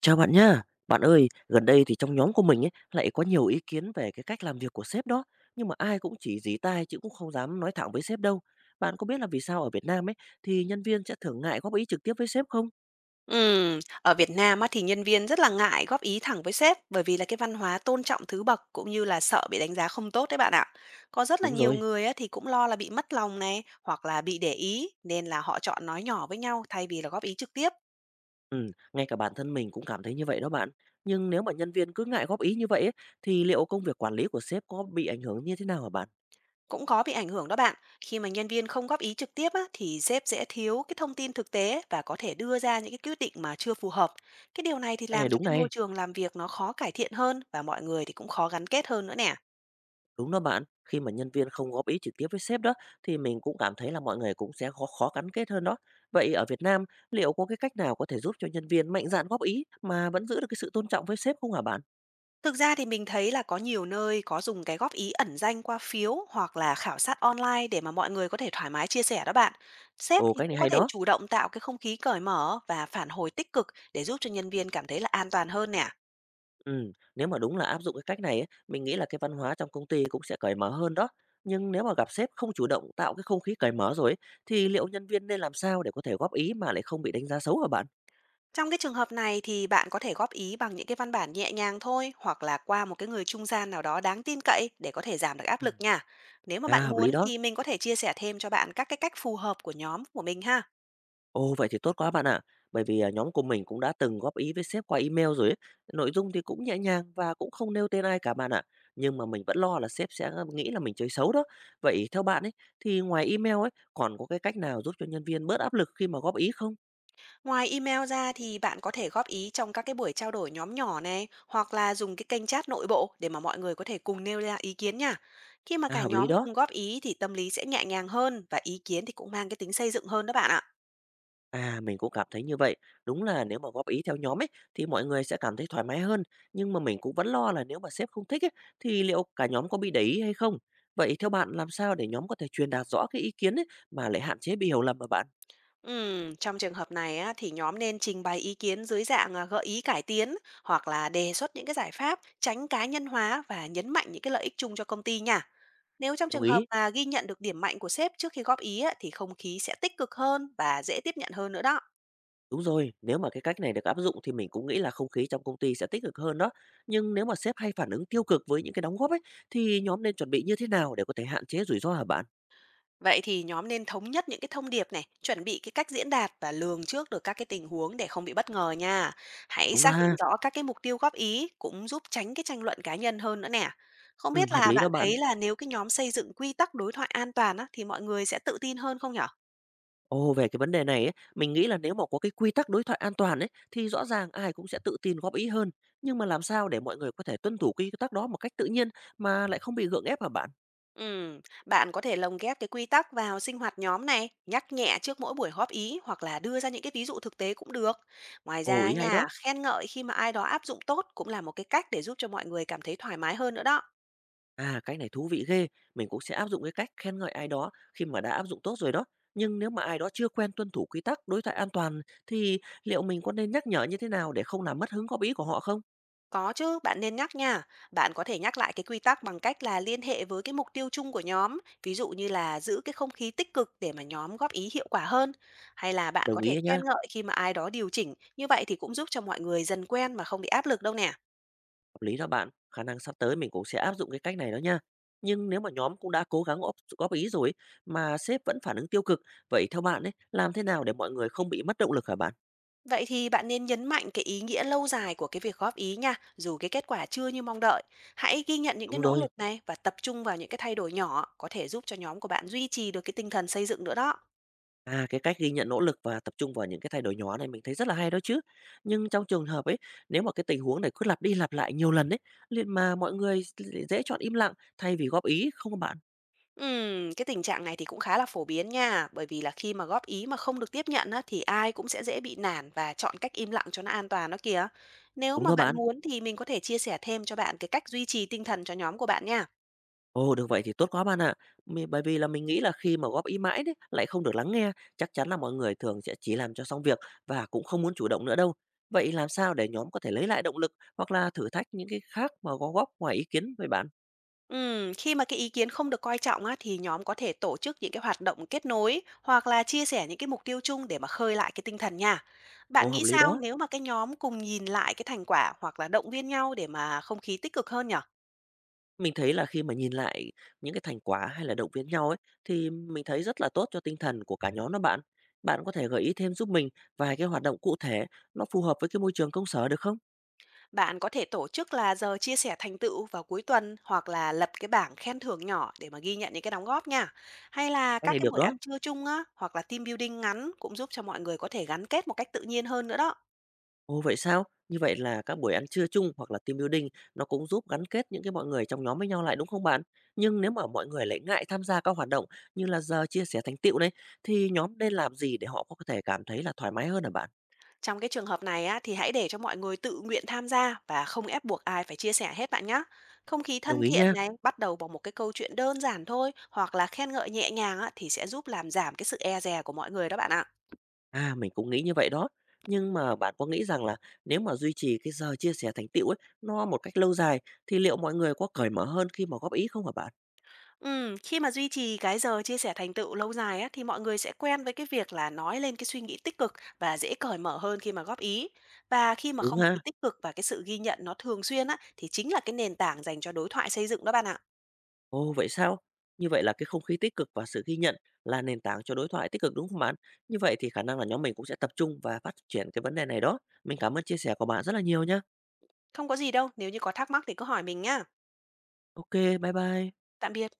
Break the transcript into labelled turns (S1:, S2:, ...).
S1: Chào bạn nha. Bạn ơi, gần đây thì trong nhóm của mình ấy lại có nhiều ý kiến về cái cách làm việc của sếp đó, nhưng mà ai cũng chỉ dí tai chứ cũng không dám nói thẳng với sếp đâu. Bạn có biết là vì sao ở Việt Nam ấy thì nhân viên sẽ thường ngại góp ý trực tiếp với sếp không?
S2: Ở Việt Nam á, thì nhân viên rất là ngại góp ý thẳng với sếp bởi vì là cái văn hóa tôn trọng thứ bậc cũng như là sợ bị đánh giá không tốt đấy bạn ạ. Có rất là
S1: Đúng
S2: nhiều
S1: rồi.
S2: người á, thì cũng lo là bị mất lòng này hoặc là bị để ý nên là họ chọn nói nhỏ với nhau thay vì là góp ý trực tiếp.
S1: Ừ, ngay cả bản thân mình cũng cảm thấy như vậy đó bạn. Nhưng nếu mà nhân viên cứ ngại góp ý như vậy ấy, thì liệu công việc quản lý của sếp có bị ảnh hưởng như thế nào hả bạn?
S2: Cũng có bị ảnh hưởng đó bạn. Khi mà nhân viên không góp ý trực tiếp á, thì sếp sẽ thiếu cái thông tin thực tế và có thể đưa ra những cái quyết định mà chưa phù hợp. Cái điều này thì
S1: Cái
S2: làm cho cái
S1: này.
S2: môi trường làm việc nó khó cải thiện hơn, và mọi người thì cũng khó gắn kết hơn nữa nè.
S1: Đúng đó bạn, khi mà nhân viên không góp ý trực tiếp với sếp đó thì mình cũng cảm thấy là mọi người cũng sẽ khó khó gắn kết hơn đó. Vậy ở Việt Nam, liệu có cái cách nào có thể giúp cho nhân viên mạnh dạn góp ý mà vẫn giữ được cái sự tôn trọng với sếp không hả bạn?
S2: Thực ra thì mình thấy là có nhiều nơi có dùng cái góp ý ẩn danh qua phiếu hoặc là khảo sát online để mà mọi người có thể thoải mái chia sẻ đó bạn. Sếp
S1: Ồ,
S2: thì
S1: cái này
S2: cũng có
S1: hay
S2: thể
S1: đó.
S2: chủ động tạo cái không khí cởi mở và phản hồi tích cực để giúp cho nhân viên cảm thấy là an toàn hơn nè.
S1: Ừ, nếu mà đúng là áp dụng cái cách này ấy, mình nghĩ là cái văn hóa trong công ty cũng sẽ cởi mở hơn đó. Nhưng nếu mà gặp sếp không chủ động tạo cái không khí cởi mở rồi ấy, thì liệu nhân viên nên làm sao để có thể góp ý mà lại không bị đánh giá xấu hả bạn?
S2: Trong cái trường hợp này thì bạn có thể góp ý bằng những cái văn bản nhẹ nhàng thôi, hoặc là qua một cái người trung gian nào đó đáng tin cậy để có thể giảm được áp
S1: Ừ.
S2: lực nha. Nếu mà
S1: À,
S2: bạn
S1: hợp lý
S2: muốn
S1: đó.
S2: thì mình có thể chia sẻ thêm cho bạn các cái cách phù hợp của nhóm của mình ha.
S1: Ồ, vậy thì tốt quá bạn ạ. Bởi vì, nhóm của mình cũng đã từng góp ý với sếp qua email rồi ấy, nội dung thì cũng nhẹ nhàng và cũng không nêu tên ai cả bạn ạ. Nhưng mà mình vẫn lo là sếp sẽ nghĩ là mình chơi xấu đó. Vậy theo bạn ấy, thì ngoài email ấy, còn có cái cách nào giúp cho nhân viên bớt áp lực khi mà góp ý không?
S2: Ngoài email ra thì bạn có thể góp ý trong các cái buổi trao đổi nhóm nhỏ này, hoặc là dùng cái kênh chat nội bộ để mà mọi người có thể cùng nêu ra ý kiến nha. Khi mà
S1: À,
S2: cả
S1: hợp lý
S2: nhóm
S1: đó.
S2: cùng góp ý thì tâm lý sẽ nhẹ nhàng hơn, và ý kiến thì cũng mang cái tính xây dựng hơn đó bạn ạ.
S1: À, mình cũng cảm thấy như vậy. Đúng là nếu mà góp ý theo nhóm ấy thì mọi người sẽ cảm thấy thoải mái hơn, nhưng mà mình cũng vẫn lo là nếu mà sếp không thích ấy thì liệu cả nhóm có bị để ý hay không? Vậy theo bạn làm sao để nhóm có thể truyền đạt rõ cái ý kiến ấy mà lại hạn chế bị hiểu lầm mà bạn?
S2: Trong trường hợp này á, thì nhóm nên trình bày ý kiến dưới dạng gợi ý cải tiến, hoặc là đề xuất những cái giải pháp, tránh cá nhân hóa và nhấn mạnh những cái lợi ích chung cho công ty nha. Nếu trong
S1: Đồng
S2: trường hợp
S1: ý.
S2: mà ghi nhận được điểm mạnh của sếp trước khi góp ý á, thì không khí sẽ tích cực hơn và dễ tiếp nhận hơn nữa đó.
S1: Đúng rồi, nếu mà cái cách này được áp dụng thì mình cũng nghĩ là không khí trong công ty sẽ tích cực hơn đó. Nhưng nếu mà sếp hay phản ứng tiêu cực với những cái đóng góp ấy thì nhóm nên chuẩn bị như thế nào để có thể hạn chế rủi ro hả bạn?
S2: Vậy thì nhóm nên thống nhất những cái thông điệp này, chuẩn bị cái cách diễn đạt và lường trước được các cái tình huống để không bị bất ngờ nha. Hãy
S1: Đúng đó
S2: xác
S1: ha.
S2: định rõ các cái mục tiêu góp ý cũng giúp tránh cái tranh luận cá nhân hơn nữa nè. Không
S1: Ừ,
S2: biết
S1: hợp
S2: là
S1: lý đó
S2: bạn
S1: bạn.
S2: thấy là nếu cái nhóm xây dựng quy tắc đối thoại an toàn á, thì mọi người sẽ tự tin hơn không nhở?
S1: Ồ, về cái vấn đề này ấy, mình nghĩ là nếu mà có cái quy tắc đối thoại an toàn ấy thì rõ ràng ai cũng sẽ tự tin góp ý hơn. Nhưng mà làm sao để mọi người có thể tuân thủ quy tắc đó một cách tự nhiên mà lại không bị gượng ép hả bạn?
S2: Ừ, bạn có thể lồng ghép cái quy tắc vào sinh hoạt nhóm này, nhắc nhẹ trước mỗi buổi góp ý, hoặc là đưa ra những cái ví dụ thực tế cũng được. Ngoài
S1: Ồ,
S2: ra
S1: ý hay
S2: nha,
S1: đó.
S2: khen ngợi khi mà ai đó áp dụng tốt cũng là một cái cách để giúp cho mọi người cảm thấy thoải mái hơn nữa đó.
S1: À, cái này thú vị ghê. Mình cũng sẽ áp dụng cái cách khen ngợi ai đó khi mà đã áp dụng tốt rồi đó. Nhưng nếu mà ai đó chưa quen tuân thủ quy tắc đối thoại an toàn thì liệu mình có nên nhắc nhở như thế nào để không làm mất hứng góp ý của họ không?
S2: Có chứ, bạn nên nhắc nha. Bạn có thể nhắc lại cái quy tắc bằng cách là liên hệ với cái mục tiêu chung của nhóm, ví dụ như là giữ cái không khí tích cực để mà nhóm góp ý hiệu quả hơn, hay là bạn
S1: Đồng
S2: có thể
S1: ý
S2: khen
S1: nha.
S2: ngợi khi mà ai đó điều chỉnh, như vậy thì cũng giúp cho mọi người dần quen mà không bị áp lực đâu nè.
S1: Hợp lý đó bạn, khả năng sắp tới mình cũng sẽ áp dụng cái cách này đó nha. Nhưng nếu mà nhóm cũng đã cố gắng góp ý rồi mà sếp vẫn phản ứng tiêu cực, vậy theo bạn ấy, làm thế nào để mọi người không bị mất động lực hả bạn?
S2: Vậy thì bạn nên nhấn mạnh cái ý nghĩa lâu dài của cái việc góp ý nha, dù cái kết quả chưa như mong đợi. Hãy ghi nhận những cái
S1: Đúng
S2: nỗ
S1: rồi.
S2: lực này và tập trung vào những cái thay đổi nhỏ có thể giúp cho nhóm của bạn duy trì được cái tinh thần xây dựng nữa đó.
S1: À, cái cách ghi nhận nỗ lực và tập trung vào những cái thay đổi nhỏ này mình thấy rất là hay đó chứ. Nhưng trong trường hợp ấy, nếu mà cái tình huống này cứ lặp đi lặp lại nhiều lần ấy, liền mà mọi người dễ chọn im lặng thay vì góp ý không các bạn?
S2: Cái tình trạng này thì cũng khá là phổ biến nha, bởi vì là khi mà góp ý mà không được tiếp nhận á, thì ai cũng sẽ dễ bị nản và chọn cách im lặng cho nó an toàn đó kìa. Nếu
S1: Đúng
S2: mà
S1: đó
S2: bạn
S1: bạn.
S2: muốn thì mình có thể chia sẻ thêm cho bạn cái cách duy trì tinh thần cho nhóm của bạn nha.
S1: Ồ, được vậy thì tốt quá bạn ạ. Mi bởi vì là mình nghĩ là khi mà góp ý mãi đấy, lại không được lắng nghe, chắc chắn là mọi người thường sẽ chỉ làm cho xong việc và cũng không muốn chủ động nữa đâu. Vậy làm sao để nhóm có thể lấy lại động lực hoặc là thử thách những cái khác mà có góp ngoài ý kiến với bạn?
S2: Khi mà cái ý kiến không được coi trọng á, thì nhóm có thể tổ chức những cái hoạt động kết nối, hoặc là chia sẻ những cái mục tiêu chung để mà khơi lại cái tinh thần nha.
S1: Ồ,
S2: Bạn
S1: hợp
S2: nghĩ
S1: lý
S2: sao
S1: đó.
S2: nếu mà cái nhóm cùng nhìn lại cái thành quả, hoặc là động viên nhau để mà không khí tích cực hơn nhỉ?
S1: Mình thấy là khi mà nhìn lại những cái thành quả hay là động viên nhau ấy, thì mình thấy rất là tốt cho tinh thần của cả nhóm đó bạn. Bạn có thể gợi ý thêm giúp mình vài cái hoạt động cụ thể nó phù hợp với cái môi trường công sở được không?
S2: Bạn có thể tổ chức là giờ chia sẻ thành tựu vào cuối tuần, hoặc là lập cái bảng khen thưởng nhỏ để mà ghi nhận những cái đóng góp nha. Hay là
S1: Cái
S2: các
S1: này
S2: cái
S1: được
S2: buổi
S1: đó.
S2: ăn trưa chung á, hoặc là team building ngắn cũng giúp cho mọi người có thể gắn kết một cách tự nhiên hơn nữa đó.
S1: Ồ, vậy sao? Như vậy là các buổi ăn trưa chung hoặc là team building nó cũng giúp gắn kết những cái mọi người trong nhóm với nhau lại đúng không bạn? Nhưng nếu mà mọi người lại ngại tham gia các hoạt động như là giờ chia sẻ thành tựu đấy thì nhóm nên làm gì để họ có thể cảm thấy là thoải mái hơn hả bạn?
S2: Trong cái trường hợp này á thì hãy để cho mọi người tự nguyện tham gia và không ép buộc ai phải chia sẻ hết bạn nhé. Không khí
S1: Đồng
S2: thân
S1: ý
S2: thiện
S1: nha.
S2: này bắt đầu bằng một cái câu chuyện đơn giản thôi, hoặc là khen ngợi nhẹ nhàng á thì sẽ giúp làm giảm cái sự e dè của mọi người đó bạn ạ.
S1: À, mình cũng nghĩ như vậy đó. Nhưng mà bạn có nghĩ rằng là nếu mà duy trì cái giờ chia sẻ thành tựu ấy nó một cách lâu dài thì liệu mọi người có cởi mở hơn khi mà góp ý không hả bạn?
S2: Khi mà duy trì cái giờ chia sẻ thành tựu lâu dài á, thì mọi người sẽ quen với cái việc là nói lên cái suy nghĩ tích cực và dễ cởi mở hơn khi mà góp ý. Và khi mà
S1: Đúng
S2: không khí
S1: ha?
S2: tích cực và cái sự ghi nhận nó thường xuyên á, thì chính là cái nền tảng dành cho đối thoại xây dựng đó bạn ạ.
S1: Ồ, vậy sao? Như vậy là cái không khí tích cực và sự ghi nhận là nền tảng cho đối thoại tích cực đúng không bạn? Như vậy thì khả năng là nhóm mình cũng sẽ tập trung và phát triển cái vấn đề này đó. Mình cảm ơn chia sẻ của bạn rất là nhiều nhé.
S2: Không có gì đâu, nếu như có thắc mắc thì cứ hỏi mình nhá.
S1: Ok, bye bye.
S2: Tạm biệt.